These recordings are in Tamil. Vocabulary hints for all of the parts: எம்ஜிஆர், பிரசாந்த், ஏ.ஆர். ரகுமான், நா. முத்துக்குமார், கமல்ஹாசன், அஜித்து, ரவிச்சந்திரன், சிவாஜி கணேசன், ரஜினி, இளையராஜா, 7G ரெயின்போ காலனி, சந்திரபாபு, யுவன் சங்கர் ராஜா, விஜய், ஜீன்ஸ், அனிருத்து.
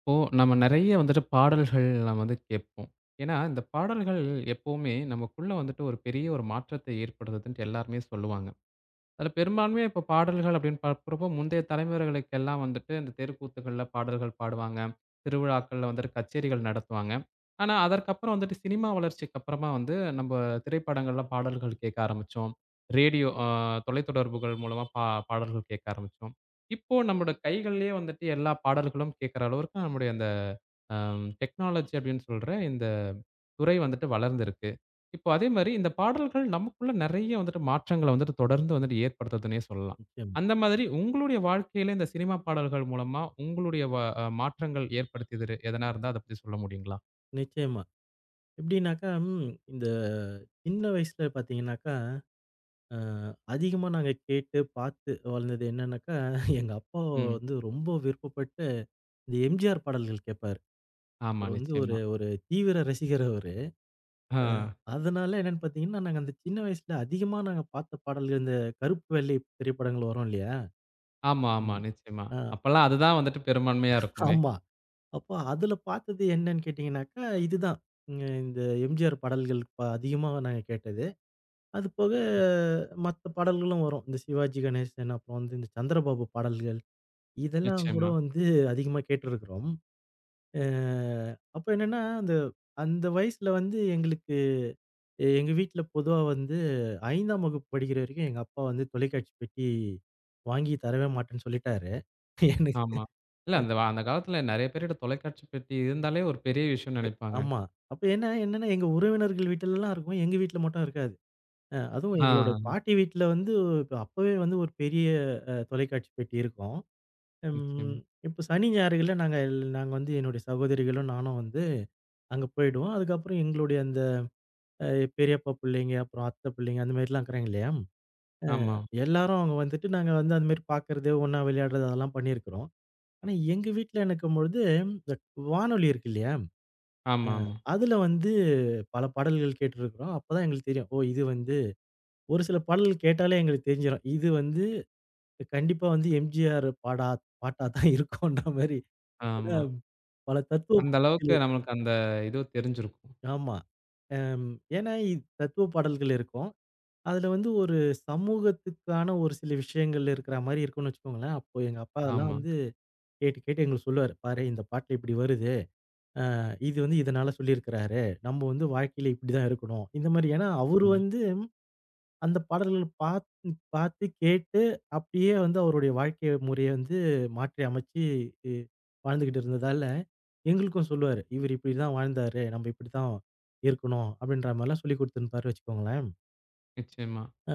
இப்போ நம்ம நெறைய வந்துட்டு பாடல்கள் நம்ம வந்து கேட்போம். ஏன்னா, இந்த பாடல்கள் எப்பவுமே நமக்குள்ள வந்துட்டு ஒரு பெரிய ஒரு மாற்றத்தை ஏற்படுத்துதுன்ட்டு எல்லாருமே சொல்லுவாங்க. அதுல பெரும்பான்மையா இப்ப பாடல்கள் அப்படின்னு பார்க்குறப்போ, முந்தைய தலைமுறைகளுக்கெல்லாம் வந்துட்டு இந்த தெருக்கூத்துகள்ல பாடல்கள் பாடுவாங்க. திருவிழாக்கள்ல வந்துட்டு கச்சேரிகள் நடத்துவாங்க. ஆனா, அதற்கப்புறம் வந்துட்டு சினிமா வளர்ச்சிக்கு அப்புறமா வந்து நம்ப திரைப்படங்கள்ல பாடல்கள் கேட்க ஆரம்பிச்சோம். ரேடியோ தொலைத்தொடர்புகள் மூலமா பாடல்கள் கேட்க ஆரம்பிச்சோம். இப்போ நம்மோட கைகள்லயே வந்துட்டு எல்லா பாடல்களும் கேட்கிற அளவிற்கு நம்முடைய அந்த டெக்னாலஜி அப்படின்னு சொல்ற இந்த துறை வந்துட்டு வளர்ந்திருக்கு. இப்போ அதே மாரி இந்த பாடல்கள் நமக்குள்ள நெறைய வந்துட்டு மாற்றங்கள வந்துட்டு தொடர்ந்து வந்துட்டு ஏற்படுத்துதுன்னே சொல்லலாம். நிச்சயமா, அந்த மாதிரி உங்களுடைய வாழ்க்கையில இந்த சினிமா பாடல்கள் மூலமா உங்களுடைய வ அ மாற்றங்கள் ஏற்படுத்தியது எதனா இருந்தா அத பத்தி சொல்ல முடியுங்களா? நிச்சயமா. எப்படின்னாக்கா, இந்த சின்ன வயசுல பார்த்தீங்கன்னாக்கா, அ அதிகமா நாங்க கேட்டு, பார்த்து வளர்ந்தது என்னன்னாக்கா, எங்க அப்பா ம். வந்து ரொம்ப விருப்பப்பட்டு இந்த எம்ஜிஆர் பாடல்கள் கேட்பாரு. ஆமா, அவரு வந்து ஒரு நிச்சயமா. ஒரு தீவிர ரசிகர் அவரு. ஆ. அதனால என்னன்னு பார்த்தீங்கன்னா, நாங்க அந்த சின்ன வயசுல அதிகமா பார்த்த பாடல்கள் இந்த கருப்பு, வெள்ளை திரைப்படங்கள் வரும் இல்லையா? ஆமா, ஆமா. ம். நிச்சயமா. ஆ அப்பல்லாம் அதுதான் வந்துட்டு பெரும்பான்மையா இருக்குமே. ஆமா. அப்போ அதுல பார்த்தது என்னன்னு கேட்டீங்கன்னாக்கா, இதுதான். இந்த எம்ஜிஆர் பாடல்கள் அதிகமா நாங்க கேட்டது. அது போக மத்த பாடல்களும் வரும். இந்த சிவாஜி கணேசன், அப்புறம் வந்து இந்த சந்திரபாபு பாடல்கள், இதெல்லாம் கூட நிச்சயமா. வந்து அதிகமா கேட்டிருக்கிறோம். அ அப்ப என்னன்னா, அந்த அந்த வயசுல வந்து எங்களுக்கு எங்க வீட்ல பொதுவா வந்து 5ஆம் வகுப்பு படிக்கிற வரைக்கும் எங்க அப்பா வந்து தொலைக்காட்சி பெட்டி வாங்கி தரவே மாட்டேன்னு சொல்லிட்டாரு. எனக்கு ஆமா. இல்ல அந்த அந்த காலத்துல நெறைய பேருட்ட தொலைக்காட்சி பெட்டி இருந்தாலே ஒரு பெரிய விஷயம்னு நெனைப்பாங்க. ஆமா. அப்ப என்னன்னா எங்க உறவினர்கள் வீட்லலாம் இருக்கும். எங்க வீட்ல மட்டும் இருக்காது. அதுவும் ஆ. எங்களோட பாட்டி வீட்ல வந்து இப்ப அப்பவே வந்து ஒரு பெரிய தொலைக்காட்சி பெட்டி இருக்கும். ம். நிச்சயமா. இப்போ சனி, ஞாயிறுகள்ல நாங்க நாங்க வந்து என்னுடைய சகோதரிகளும் நானும் வந்து அங்க போயிடுவோம். அதுக்கப்புறம் எங்களுடைய அந்த அ பெரியப்பா பிள்ளைங்க, அப்புறம் அத்தை பிள்ளைங்க அந்த மாரிலாம் இருக்கிறாங்க இல்லையா? ஆமா. எல்லாரும் அங்க வந்துட்டு நாங்க வந்து அந்த மாரி பார்க்கறது, ஒண்ணா விளையாடுறது அதெல்லாம் பண்ணியிருக்கிறோம். ஆனா எங்க வீட்ல இருக்கும்பொழுது இந்த வானொலி இருக்கு இல்லையா? ஆமாமா. அதுல வந்து பல பாடல்கள் கேட்டுருக்கிறோம். அப்பதான் எங்களுக்கு தெரியும். ஓ! இது வந்து ஒரு சில பாடல்கள் கேட்டாலே எங்களுக்கு தெரிஞ்சிரும். இது வந்து கண்டிப்பா வந்து எம்ஜிஆர் பாட்டா தான் இருக்குன்ற மாரி. ஏன்னா ஆமா. பல தத்துவ அந்த அளவுக்கு பாடல்கள் நம்மளுக்கு அந்த இது தெரிஞ்சிருக்கும். ஆமா. அம் ஏன்னா, இத் தத்துவ பாடல்கள் இருக்கும். அதுல வந்து ஒரு சமூகத்துக்கான ஒரு சில விஷயங்கள் இருக்கிற மாரி இருக்கும்னு வச்சுக்கோங்களேன். அப்போ எங்க அப்பா அதெல்லாம் ஆமா. வந்து கேட்டு, கேட்டு எங்களுக்கு சொல்லுவாரு. "பாரு இந்த பாட்டுல இப்படி வருது. இது வந்து இதனால சொல்லியிருக்கிறாரு. நம்ம வந்து வாழ்க்கையில இப்படிதான் இருக்கணும்." இந்த மாரி. ஏன்னா அவரு ம். வந்து அந்த பாடல்கள் பாத்து, கேட்டு அப்படியே வந்து அவருடைய வாழ்க்கை முறைய வந்து மாற்றி அமைச்சு இ வாழ்ந்துகிட்டு இருந்ததால, எங்களுக்கும் சொல்லுவாரு. இவரு இப்படிதான் வாழ்ந்தாரு. நம்ம இப்படித்தான் இருக்கணும். அப்படின்ற மாரிலாம் சொல்லிக் குடுத்திருப்பாருன்னு வச்சுக்கோங்களேன். நிச்சயமா. அ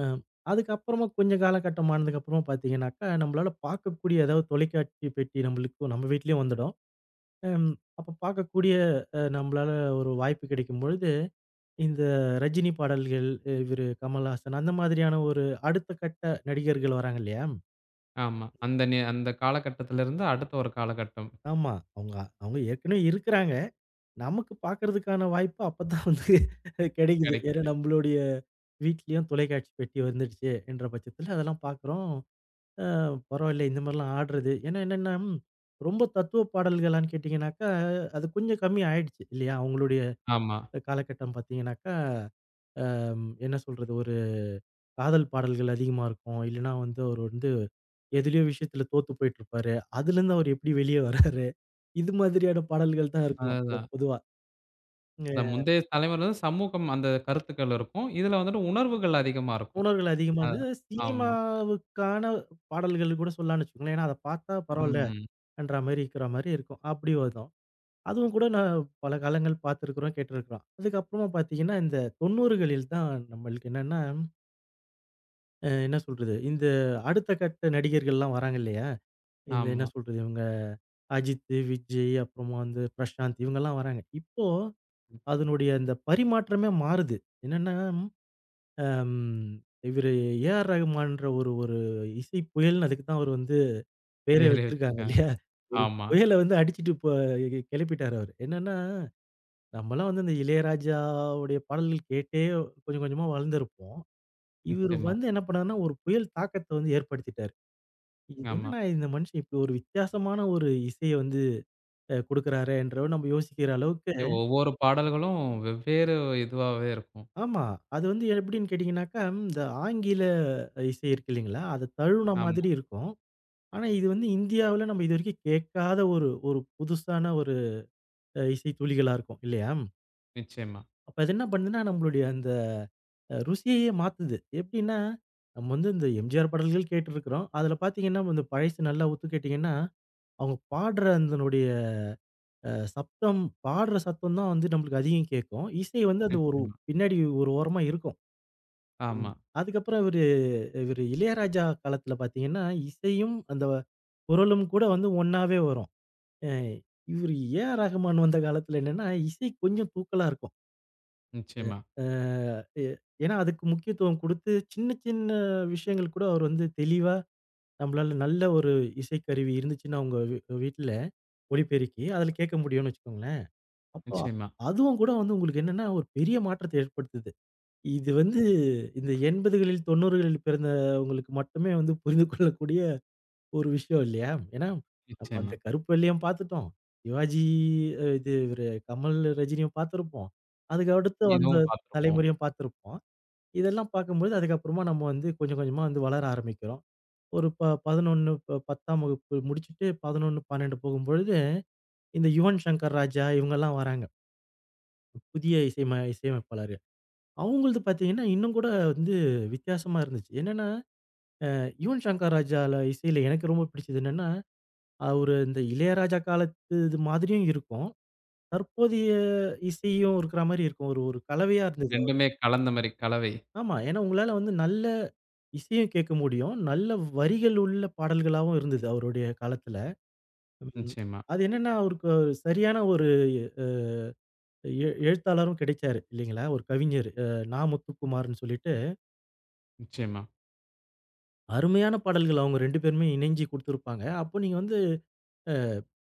அதுக்கப்புறமா கொஞ்சம் காலகட்டம் ஆனதுக்கப்புறமா பார்த்தீங்கன்னாக்கா, நம்மளால பார்க்கக்கூடிய ஏதாவது தொலைக்காட்சி பெட்டி நம்மளுக்கும் நம்ம வீட்லயும் வந்துடும். அம் அப்ப பார்க்கக்கூடிய நம்மளால ஒரு வாய்ப்பு கிடைக்கும் பொழுது இந்த ரஜினி பாடல்கள், இவரு கமல்ஹாசன் அந்த மாதிரியான ஒரு அடுத்த கட்ட நடிகர்கள் வராங்க இல்லையா? ஆமா. அந்த அந்த காலகட்டத்திலிருந்து அடுத்த ஒரு காலகட்டம் ஆமா. அவங்க அவங்க ஏற்கனவே இருக்கிறாங்க. நமக்கு பார்க்கறதுக்கான வாய்ப்பு அப்பதான் வந்து கிடைக்குது. ஏன்னா கிடைக்குது. நம்மளுடைய வீட்லயும் தொலைக்காட்சி பெட்டி வந்துடுச்சு என்ற பட்சத்துல அதெல்லாம் பார்க்குறோம். அ பரவாயில்ல இந்த மாரிலாம் ஆடுறது. ஏன்னா என்னன்னா, ரொம்ப தத்துவ பாடல்களான்னு கேட்டீங்கன்னாக்கா, அது கொஞ்சம் கம்மி ஆயிடுச்சு இல்லையா? அவங்களுடைய ஆமா. காலகட்டம் பார்த்தீங்கன்னாக்கா, என்ன சொல்றது? காதல் பாடல்கள் அதிகமா இருக்கும். இல்லன்னா வந்து அவரு வந்து எதுலயோ விஷயத்துல தோத்து போயிட்டுருப்பாரு. அதுலருந்து அவர் எப்படி வெளிய வராரு? இது மாதிரியான பாடல்கள் தான் இருக்கும் அதுதான். பொதுவா. இந்த அ முந்தைய தலைமுறை வந்து சமூகம் அந்த கருத்துக்கள் இருக்கும். இதுல வந்துட்டு உணர்வுகள் அதிகமா இருக்கும். புணர்வுகள் அதிகமா அ இருந்தது. ஆமா. சினிமாவுக்கான பாடல்கள் கூட சொல்லலாம்னு வச்சுக்கோங்களேன். ஏன்னா, அத பார்த்தா ம். பரவாயில்லன்ற மாரி இருக்கிற மாரி இருக்கும். அப்படி வரும். அதுவும் கூட நான் பல காலங்கள் பார்த்துருக்குறோம், கேட்டுருக்குறோம். அதுக்கப்புறமா பார்த்தீங்கன்னா, இந்த 90களில் தான் நம்மளுக்கு என்னன்னா, என்ன சொல்றது? இந்த அடுத்த கட்ட நடிகர்கள்லாம் வராங்க இல்லையா? இந்த என்ன ஆமா. சொல்றது? இவங்க அஜித்து, விஜய் அப்புறமா வந்து பிரசாந்த் இவங்கலாம் வராங்க. இப்போ அதனுடைய அந்த பரிமாற்றமே மாறுது. என்னன்னா, அம் இவரு ஏ.ஆர். ரகுமான்ற ஒரு ஒரு இசை புயல்னு அதுக்கு தான் அவரு வந்து பேரே ம். பேரே வச்சிருக்காங்க வச்சிருக்காங்க. இல்லையா? ஆமா. புயல வந்து அடிச்சுட்டு கிளப்பிட்டாரு அவரு. என்னன்னா, நம்மலாம் வந்து இந்த இளையராஜாவுடைய பாடல்கள் கேட்டே கொஞ்சம் கொஞ்சமா வளர்ந்திருப்போம். இவரு நிச்சயமா. வந்து என்ன பண்ணாருன்னா, ஒரு புயல் தாக்கத்த வந்து ஏற்படுத்திட்டாரு. இது ஆமா. என்னடா இந்த மனுஷன் இப்படி ஒரு வித்தியாசமான ஒரு இசைய வந்து குடுக்குறாரேன்ற நம்ம யோசிக்கிற அளவுக்கு ஒவ்வொரு பாடல்களும் வெவ்வேறு இதுவாவே இருக்கும். ஆமா. அது வந்து எப்படின்னு கேட்டீங்கன்னாக்கா, இந்த ஆங்கில இசை இருக்கு இல்லைங்களா? அத தழுவுன ஆமா. மாதிரி இருக்கும். ஆனா, இது வந்து இந்தியாவுல நம்ம இதுவரைக்கும் கேட்காத ஒரு ஒரு புதுசான ஒரு இசை துளிகளா இருக்கும் இல்லையா? நிச்சயமா, அப்ப அது என்ன பண்ணுதுன்னா, நம்மளுடைய அந்த ருசியையே மாத்துது. எப்படின்னா, நம்ம வந்து இந்த எம்ஜிஆர் பாடல்கள் கேட்டுருக்கிறோம். அதுல பார்த்தீங்கன்னா, இந்த பழசு நல்லா உத்து கேட்டீங்கன்னா, அவங்க பாடுற அதனுடைய சப்தம், பாடுற சத்தம் தான் வந்து நம்மளுக்கு அதிகம் கேட்கும். இசை வந்து அது ஒரு நிச்சயமா. பின்னாடி ஒரு ஓரமா இருக்கும். ம். ஆமா. அதுக்கப்புறம் இவரு இவரு இளையராஜா காலத்துல பார்த்தீங்கன்னா, இசையும் அந்த குரலும் கூட வந்து ஒண்ணாவே வரும். அ இவரு ஏஆர் ரஹ்மான் வந்த காலத்துல என்னன்னா, இசை கொஞ்சம் தூக்கலா இருக்கும். நிச்சயமா, அ எ ஏன்னா அதுக்கு முக்கியத்துவம் குடுத்து சின்ன சின்ன விஷயங்கள் கூட அவர் வந்து தெளிவா நம்மளால நல்ல ஒரு இசைக்கருவி இருந்துச்சுன்னா உங்க வீட்ல ஒலிபெருக்கி, அதுல கேட்க முடியும்னு வச்சுக்கோங்களேன். அப்போ நிச்சயமா, அதுவும் கூட வந்து உங்களுக்கு என்னன்னா, ஒரு பெரிய மாற்றத்தை ஏற்படுத்துது. இது வந்து இந்த 80களில் 90களில் பிறந்தவங்களுக்கு மட்டுமே வந்து புரிந்து கொள்ளக்கூடிய ஒரு விஷயம் இல்லையா? ஏன்னா, நம்ம நிச்சயமா. அந்த கருப்பு வெள்ளையும் பார்த்துட்டோம். சிவாஜி இது இவரு கமல், ரஜினியும் பார்த்திருப்போம். அதுக்கு அடுத்து ம். வந்த இதுவும் பார்த்திருப்போம். தலைமுறையும் பார்த்திருப்போம். இதெல்லாம் பார்க்கும்பொழுது அதுக்கப்புறமா நம்ம வந்து கொஞ்சம் கொஞ்சமா வந்து வளர ஆரம்பிக்கிறோம். ஒரு ப 11 ப 10ஆம் வகுப்பு முடிச்சுட்டு 11, 12 போகும்பொழுது இந்த யுவன் சங்கர் ராஜா இவங்கலாம் வராங்க. புதிய இசையமைப்பாளர். அவங்களது பார்த்தீங்கன்னா, இன்னும் கூட வந்து வித்தியாசமா இருந்துச்சு. என்னன்னா, யுவன் ஷங்கர் ராஜால இசையில எனக்கு ரொம்ப பிடிச்சது என்னன்னா, அவரு இந்த இளையராஜா காலத்து இது மாதிரியும் இருக்கும். தற்போதைய இசையும் இருக்கிற மாரி இருக்கும். ஒரு ஒரு கலவையா இருந்தது. ரெண்டுமே கலந்த மாரி கலவை. ஆமா. ஏன்னா, உங்களால வந்து நல்ல இசையும் கேட்க முடியும். நல்ல வரிகள் உள்ள பாடல்களாவும் இருந்தது அவருடைய காலத்துல. ம். நிச்சயமா, அது என்னன்னா, அவருக்கு ஒரு சரியான ஒரு அ எ எழுத்தாளரும் கிடைச்சாரு இல்லைங்களா? ஒரு கவிஞர். நா. முத்துக்குமார்ன்னு சொல்லிட்டு நிச்சயமா. அருமையான பாடல்கள் அவங்க 2 பேருமே இணைஞ்சு குடுத்துருப்பாங்க. அப்போ நீங்க வந்து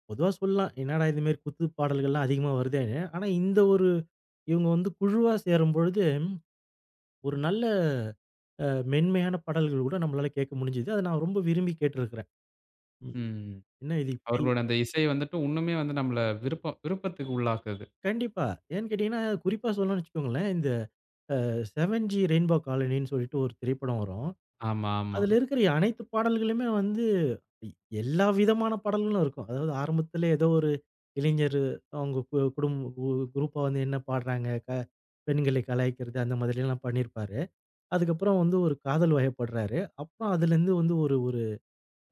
பொதுவா சொல்லலாம். என்னடா இது மாரி குத்து பாடல்கள்லாம் அதிகமா வருதேன்னு. ஆனா இந்த ஒரு இவங்க வந்து குழுவா சேரும்பொழுது, ஒரு நல்ல அ மென்மையான பாடல்கள் கூட நம்மளால கேட்க முடிஞ்சது. அத நான் ரொம்ப விரும்பி கேட்டிருக்கிறேன். ம். ம். என்ன இது இப்டி அவர்களோட அந்த இசை வந்துட்டு இன்னுமே வந்து நம்மள விருப்பம் விருப்பத்துக்கு உள்ளாக்குது. கண்டிப்பா. ஏன்னு கேட்டீங்கன்னா, குறிப்பா சொல்லணும்னு வச்சுக்கோங்களேன். இந்த 7G ரெயின்போ காலனின்னு சொல்லிட்டு ஒரு திரைப்படம் வரும். ஆமா, ஆமா. அதுல இருக்கிற அனைத்து பாடல்களுமே வந்து எ- எல்லா விதமான பாடல்களும் இருக்கும். அதாவது ஆரம்பத்திலே ஏதோ ஒரு இளைஞர் அவங்க கு குடும் கு குரூப்பா வந்து என்ன பாடுறாங்க, பெண்களை கலாய்க்கிறது அந்த மாதிரிலாம் பண்ணியிருப்பாரு. அதுக்கப்புறம் வந்து ஒரு காதல் வயப்படுறாரு. அப்புறம் அதுலேருந்து வந்து ஒரு ஒரு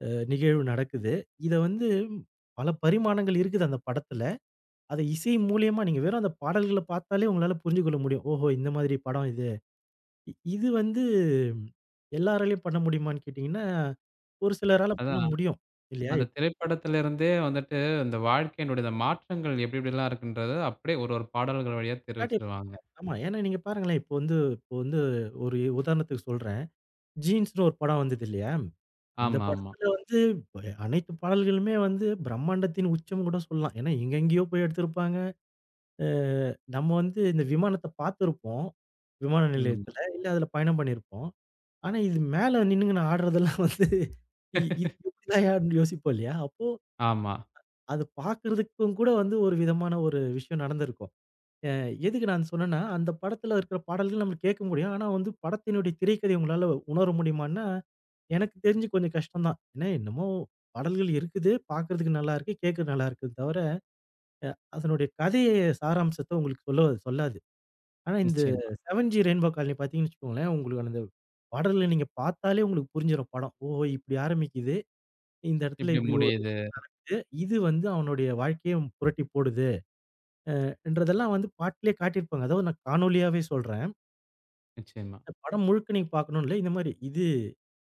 நிகழ்வு நடக்குது. இத வந்து பல பரிமாணங்கள் இருக்குது அந்த படத்துல. அத இசை மூலியமா நீங்க வெறும் அந்த பாடல்கள பார்த்தாலே உங்களால புரிஞ்சு கொள்ள முடியும். ஓஹோ! இந்த மாதிரி படம் இது. இது வந்து எல்லாராலயும் பண்ண முடியுமான்னு கேட்டீங்கன்னா, ஒரு சிலரால பண்ண அதான் முடியும். இல்லையா? அந்த இப்ப திரைப்படத்திலிருந்தே வந்துட்டு அந்த வாழ்க்கையினுடைய இந்த மாற்றங்கள் எப்டி எப்டிலாம் இருக்குன்றத அப்டியே ஒரு ஒரு பாடல்கள் வழியா முன்னாடி தெரிவிச்சுருவாங்க. ஆமா. ஏன்னா நீங்க பாருங்களேன், இப்போ வந்து ஒரு உதாரணத்துக்கு சொல்றேன். ஜீன்ஸ்ன்னு ஒரு படம் வந்தது இல்லையா? இந்த ஆமா, ஆமா. படத்துல வந்து ப அனைத்து பாடல்களுமே வந்து பிரம்மாண்டத்தின் உச்சம் கூட சொல்லலாம். ஏன்னா எங்கெங்கேயோ போய் எடுத்திருப்பாங்க. அ நம்ம வந்து இந்த விமானத்த பார்த்துருப்போம். விமான ம். நிலையத்துல. இல்ல அதுல பயணம் பண்ணியிருப்போம். ஆனா, இது மேல நின்னுங்கன்னு ஆடுறதெல்லாம் வந்து இது எப்படிதாய்யான்னு யோசிப்போம் இல்லையா? அப்போ ஆமா. அது பார்க்கறதுக்கும் கூட வந்து ஒரு விதமான ஒரு விஷயம் நடந்திருக்கும். அ எதுக்கு நான் சொன்னேன்னா, அந்த படத்துல இருக்கிற பாடல்கள் நம்ம கேட்க முடியும். ஆனா வந்து படத்தினுடைய திரைக்கதை உங்களால உணர முடியுமான்னா, எனக்கு தெரிஞ்சு கொஞ்சம் கஷ்டம் தான். ஏன்னா என்னமோ பாடல்கள் இருக்குது, பார்க்கறதுக்கு நல்லா இருக்கு, கேட்க நல்லா இருக்குது தவிர, அதனுடைய கதைய சாராம்சத்த உங்களுக்கு சொல்லாது. ஆனா இந்த நிச்சயமா. 7G ரெயின்போ காலனி பார்த்தீங்கன்னு வச்சுக்கோங்களேன், உங்களுக்கு அந்த பாடல்கள நீங்க பார்த்தாலே உங்களுக்கு புரிஞ்சிரும் படம். ஓஹோ! இப்படி ஆரம்பிக்குது. இந்த இடத்துல இப்டி இப்படி ஒரு முடியுது. விஷயம் இருக்கு. இது வந்து அவனுடைய வாழ்க்கைய புரட்டி போடுது. என்றதெல்லாம் வந்து பாட்டுலயே காட்டியிருப்பாங்க. அதாவது நான் காணொளியாவே சொல்றேன். நிச்சயமா. இந்த படம் முழுக்க நீங்க பார்க்கணும்னு இல்ல. இந்த மாரி இது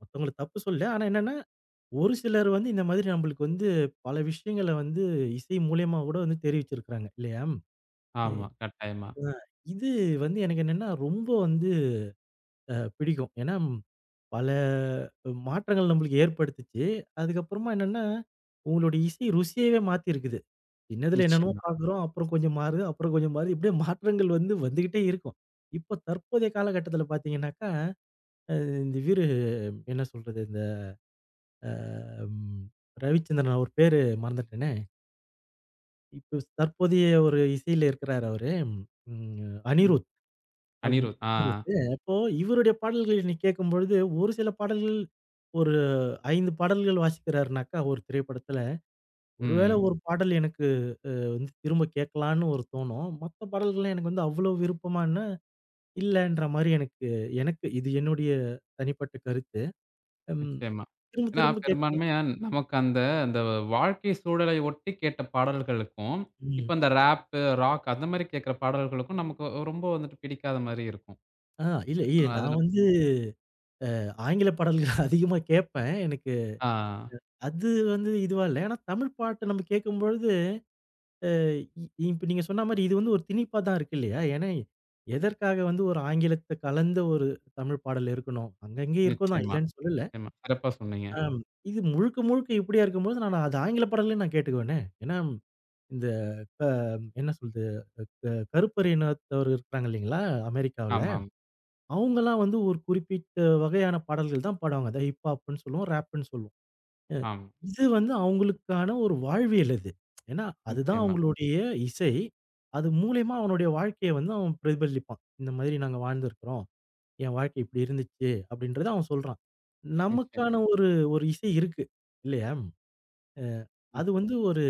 மத்தவங்கள தப்பு சொல்லல. ஆனா என்னன்னா, ஒரு சிலர் வந்து இந்த மாதிரி நம்மளுக்கு வந்து பல விஷயங்கள வந்து இசை மூலியமா கூட வந்து தெரிவிச்சிருக்கிறாங்க இல்லையா? ஆமா. கட்டாயமா. அ இது வந்து எனக்கு என்னன்னா ரொம்ப வந்து பிடிக்கும். ஏன்னா, ம், பல மாற்றங்கள் நம்மளுக்கு ஏற்படுத்துச்சு. அதுக்கப்புறமா என்னன்னா, உங்களுடைய இசை ருசியவே மாத்தியிருக்குது. சின்னதுல என்னென்னமோ நிச்சயமா. பார்க்குறோம். அப்புறம் கொஞ்சம் மாறுது. அப்புறம் கொஞ்சம் மாறுது. இப்படியே மாற்றங்கள் வந்து வந்துகிட்டே இருக்கும். இப்போ தற்போதைய காலகட்டத்தில பார்த்தீங்கன்னாக்கா, இந்த இவரு என்ன சொல்றது? இந்த அ ம் ரவிச்சந்திரன் அவர் பேரு மறந்துட்டேனே. இப்ப தற்போதைய ஒரு இசையில இருக்கிறாரு அவரு. ம் ம். அனிருத். அப் அனிருத். ஆ. அனிருத்து. அப்போ இவருடைய பாடல்கள் நீ கேட்கும்பொழுது, ஒரு சில பாடல்கள் ஒரு 5 பாடல்கள் வாசிக்கிறாருனாக்கா ஒரு திரைப்படத்தில ஒருவேளை ம். ஒரு ம். பாடல் எனக்கு வந்து திரும்ப கேட்கலான்னு ஒரு தோணும். மத்த பாடல்கள்லாம் எனக்கு வந்து அவ்ளோ விருப்பமான்னா, இல்லன்ற மாரி எனக்கு எனக்கு இது என்னுடைய தனிப்பட்ட கருத்து. ம். நிச்சயமா. திரும்ப ஏன்னா, திரும்ப கேட்கல. பெரும்பான்மையா நமக்கு அந்த அந்த வாழ்க்கை சூழலை ஒட்டி கேட்ட பாடல்களுக்கும், இப்ப ம். அந்த ராப்பு, ராக் அந்த மாரி கேட்கிற பாடல்களுக்கும் நமக்கு ரொம்ப வந்துட்டு பிடிக்காத மாரி இருக்கும். ஆ இல்ல இல்ல அது நான் நம் வந்து ஆங்கில பாடல்கள் அதிகமா கேட்பேன். எனக்கு ஆ அது வந்து இதுவா இல்ல. ஆனா தமிழ் பாட்ட நம்ம கேட்கும்பொழுது, இப்ப நீங்க சொன்ன மாரி இது வந்து ஒரு திணிப்பா தான் இருக்கு இல்லையா? ஏன்னா எதற்காக வந்து ஒரு ஆங்கிலத்த கலந்த ஒரு தமிழ் பாடல் இருக்கணும்? அங்கங்கே இருக்கும் தான், நிச்சயமா, இல்லன்னு சொல்லல. நிச்சயமா. சிறப்பா சொன்னீங்க. ஆம். இது முழுக்க, முழுக்க இப்படியா இருக்கும்போது, நான் அது ஆங்கில பாடலே நான் கேட்டுக்குவேனே. ஏன்னா, இந்த க என்ன சொல்றது? கருப்பர் இனத்தவர் இருக்கிறாங்க இல்லைங்களா? அமெரிக்காவுல. ஆமாம், அவங்கலாம் வந்து ஒரு குறிப்பிட்ட வகையான பாடல்கள் தான் பாடுவாங்க. அத ஹிப் ஹாப்ன்னு சொல்லுவோம், ராப்புன்னு சொல்லுவோம். அ ஆமா. இது வந்து அவங்களுக்கான ஒரு வாழ்வியல் அது. ஏன்னா, அதுதான் ஆமா. நிச்சயமா, அவங்களுடைய இசை. அது மூலியமா அவனுடைய வாழ்க்கைய வந்து அவன் பிரதிபலிப்பான். இந்த மாதிரி நாங்க வாழ்ந்திருக்கிறோம். என் வாழ்க்கை இப்படி இருந்துச்சு, அப்படின்றத அவன் சொல்றான். நமக்கான நிச்சயமா. ஒரு ஒரு இசை இருக்கு. இல்லையா? ம். அது வந்து ஒரு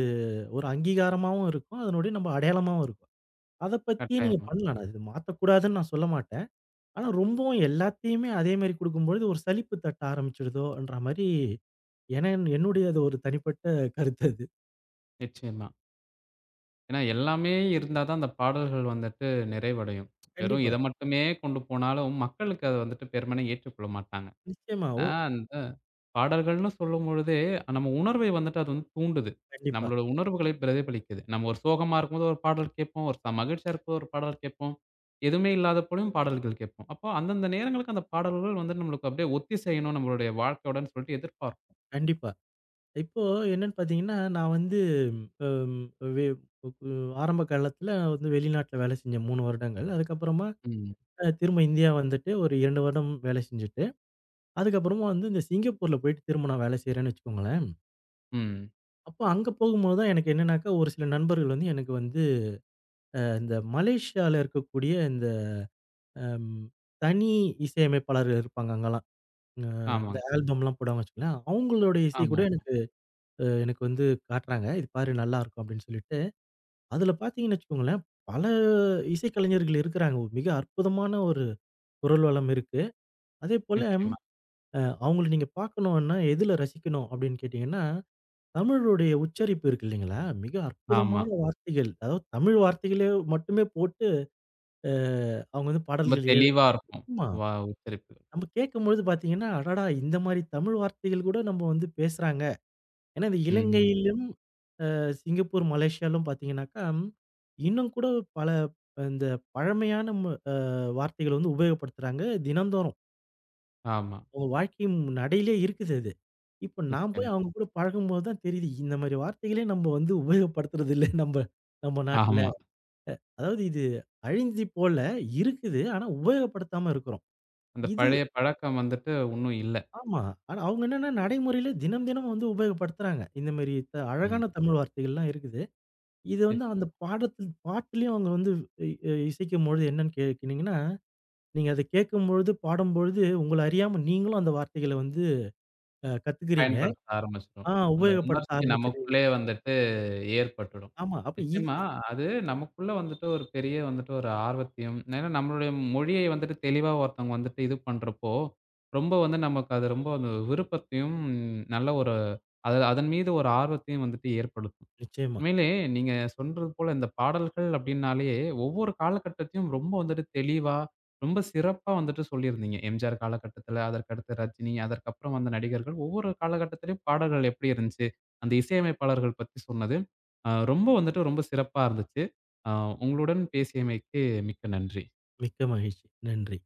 ஒரு அங்கீகாரமாவும் இருக்கும். அதனுடைய நம்ம அடையாளமாவும் இருக்கும். அத பத்தியே நீங்க கட்டாயமா. பண்ணலாம். நான் இது மாத்தக்கூடாதுன்னு சொல்ல மாட்டேன். ஆனா ரொம்பவும் எல்லாத்தையுமே அதே மாரி குடுக்கும்பொழுது ஒரு சலிப்பு தட்ட ஆரம்பிச்சுடுதோன்ற மாரி என என்னுடைய அது ஒரு தனிப்பட்ட கருத்து அது. நிச்சயமா. ஏன்னா எல்லாமே இருந்தா தான் அந்த பாடல்கள் வந்துட்டு நிறைவடையும். வெறும் கண்டிப்பா. இத மட்டுமே கொண்டு போனாலும் மக்களுக்கு அத வந்துட்டு பெருமனே ஏற்றுக்கொள்ள மாட்டாங்க. நிச்சயமா. ஆ ஓ! அந்த பாடல்கள்னு சொல்லும்பொழுதே, நம்ம உணர்வை வந்துட்டு அது வந்து தூண்டுது. கண்டிப்பா, நம்மளோட உணர்வுகளை பிரதிபலிக்குது. நம்ம ஒரு சோகமா இருக்கும்போது ஒரு பாடல் கேட்போம். ஒரு மகிழ்ச்சியா இருக்கும்போது ஒரு பாடல் கேட்போம். எதுவுமே இல்லாதப்பயும் பாடல்கள் கேட்போம். அப்போ அந்தந்த நேரங்களுக்கு அந்த பாடல்கள் வந்து நம்மளுக்கு அப்படியே ஒத்திசையணும் நம்மளுடைய வாழ்க்கையோடன்னு சொல்லிட்டு எதிர்பார்ப்போம். கண்டிப்பா. இப்போ என்னன்னு பார்த்தீங்கன்னா, நான் வந்து அம் வே கு ஆரம்ப காலத்துல வந்து வெளிநாட்ல வேலை செஞ்சேன் 3 வருடங்கள். அதுக்கப்புறமா ம். திரும்ப இந்தியா வந்துட்டு ஒரு 2 வருடம் வேலை செஞ்சுட்டு அதுக்கப்புறமா வந்து இந்த சிங்கப்பூர்ல போயிட்டு திரும்ப நான் வேலை செய்றேன்னு வச்சுக்கோங்களேன். ம். அப்போ அங்க போகும்போது தான் எனக்கு என்னன்னாக்கா, ஒரு சில நண்பர்கள் வந்து எனக்கு வந்து இந்த மலேசியால இருக்கக்கூடிய இந்த அம் தனி இசையமைப்பாளர்கள் இருப்பாங்க அங்கலாம். அ இந்த ஆமாங்க. ஆல்பம்லாம் போடுவாங்கன்னு வச்சுக்கோங்களேன். அவங்களோட இசை ஆமா. கூட எனக்கு அ எனக்கு வந்து காட்டுறாங்க. "இது பாரு நல்லாருக்கும்" அப்படின்னு சொல்லிட்டு. அதுல பார்த்தீங்கன்னு வச்சுக்கோங்களேன், பல இசைக்கலைஞர்கள் இருக்கிறாங்க. மிக அற்புதமான ஒரு குரல் வளம் இருக்கு. அதேபோல நிச்சயமா. அ அவங்கள நீங்க பார்க்கணுன்னா எதுல ரசிக்கணும் அப்படின்னு கேட்டீங்கன்னா தமிழுடைய உச்சரிப்பு இருக்கு இல்லைங்களா? மிக ஆமா. அற்புதமான ஆமா. வார்த்தைகள். அதாவது தமிழ் வார்த்தைகளே மட்டுமே போட்டு அ அவங்க வந்து ரொம்ப பாடல்கள் தெளிவா இருக்கும். ஆமா. வா உச்சரிப்பு. நம்ம கேட்கும்பொழுது பார்த்தீங்கன்னா, அடடா! இந்த மாரி தமிழ் வார்த்தைகள் கூட நம்ம வந்து பேசுறாங்க. ஏன்னா இந்த ம். இலங்கையிலும், சிங்கப்பூர், மலேசியாலும் பார்த்தீங்கன்னாக்கா, இன்னும் கூட பல இந்த பழமையான மு அ வார்த்தைகள் வந்து உபயோகப்படுத்துறாங்க தினந்தோறும். ஆமா. அவங்க வாழ்க்கை நடையிலே இருக்குது அது. இப்போ நான் நிச்சயமா. போய் அவங்க கூட பழகும்போது தான் தெரியுது. இந்த மாரி வார்த்தைகளே நம்ம வந்து உபயோகப்படுத்துறதில்ல நம்ப நம்ம நாட்ல. ஆமா. அதாவது இது அழிஞ்சு போல இருக்குது. ஆனா உபயோகப்படுத்தாம இருக்கிறோம். அந்த இது பழைய பழக்கம் வந்துட்டு உன்னும் இல்ல. ஆமா. ஆனா அவங்க என்னன்னா நடைமுறையில தினம் தினம் வந்து உபயோகப்படுத்துறாங்க. இந்த மாரி ம். அழகான தமிழ் வார்த்தைகள்லாம் இருக்குது. இது ம். வந்து அந்த பாட்டுலயும் அவங்க வந்து இ அ இசைக்கும்பொழுது என்னன்னு கேட்டீங்கன்னா, நீங்க அத கேட்கும்பொழுது, பாடும்பொழுது உங்கள அறியாம நீங்களும் அந்த வார்த்தைகள வந்து கத்துக்கிறீங்க. பயன்படுத்த ஆரம்பிச்சுரும். அந்த உபயோகப்படுத்த உணர்ச்சி ஆரம்பிச்சிடுவீங்க. நமக்குள்ளயே வந்துட்டு ஏற்பட்டுடும். ஆமா. அப்ப இது நிச்சயமா அது நமக்குள்ள வந்துட்டு ஒரு பெரிய வந்துட்டு ஒரு ஆர்வத்தையும் ஏன்னா நம்மளுடைய மொழியை வந்துட்டு தெளிவா ஒருத்தவங்க வந்துட்டு இது பண்றப்போ, ரொம்ப வந்து நமக்கு அது ரொம்ப அந்த விருப்பத்தையும், நல்ல ஒரு அது அதன் மீது ஒரு ஆர்வத்தையும் வந்துட்டு ஏற்படுத்தும். நிச்சயமா. உண்மையிலே நீங்க சொல்றது போல இந்த பாடல்கள் அப்படின்னாலே ஒவ்வொரு காலகட்டத்தையும் ரொம்ப வந்துட்டு தெளிவா, ரொம்ப சிறப்பா வந்துட்டு சொல்லியிருந்தீங்க. MGR காலகட்டத்தில, அதற்கடுத்து ரஜினி, அதற்கப்புறம் வந்த நடிகர்கள் ஒவ்வொரு காலகட்டத்திலயும் பாடல்கள் எப்படி இருந்துச்சு, அந்த இசையமைப்பாளர்கள் பத்தி சொன்னது, ரொம்ப வந்துட்டு ரொம்ப சிறப்பா இருந்துச்சு. அ உங்களுடன் பேசியமைக்கு மிக்க நன்றி. மிக்க மகிழ்ச்சி. நன்றி.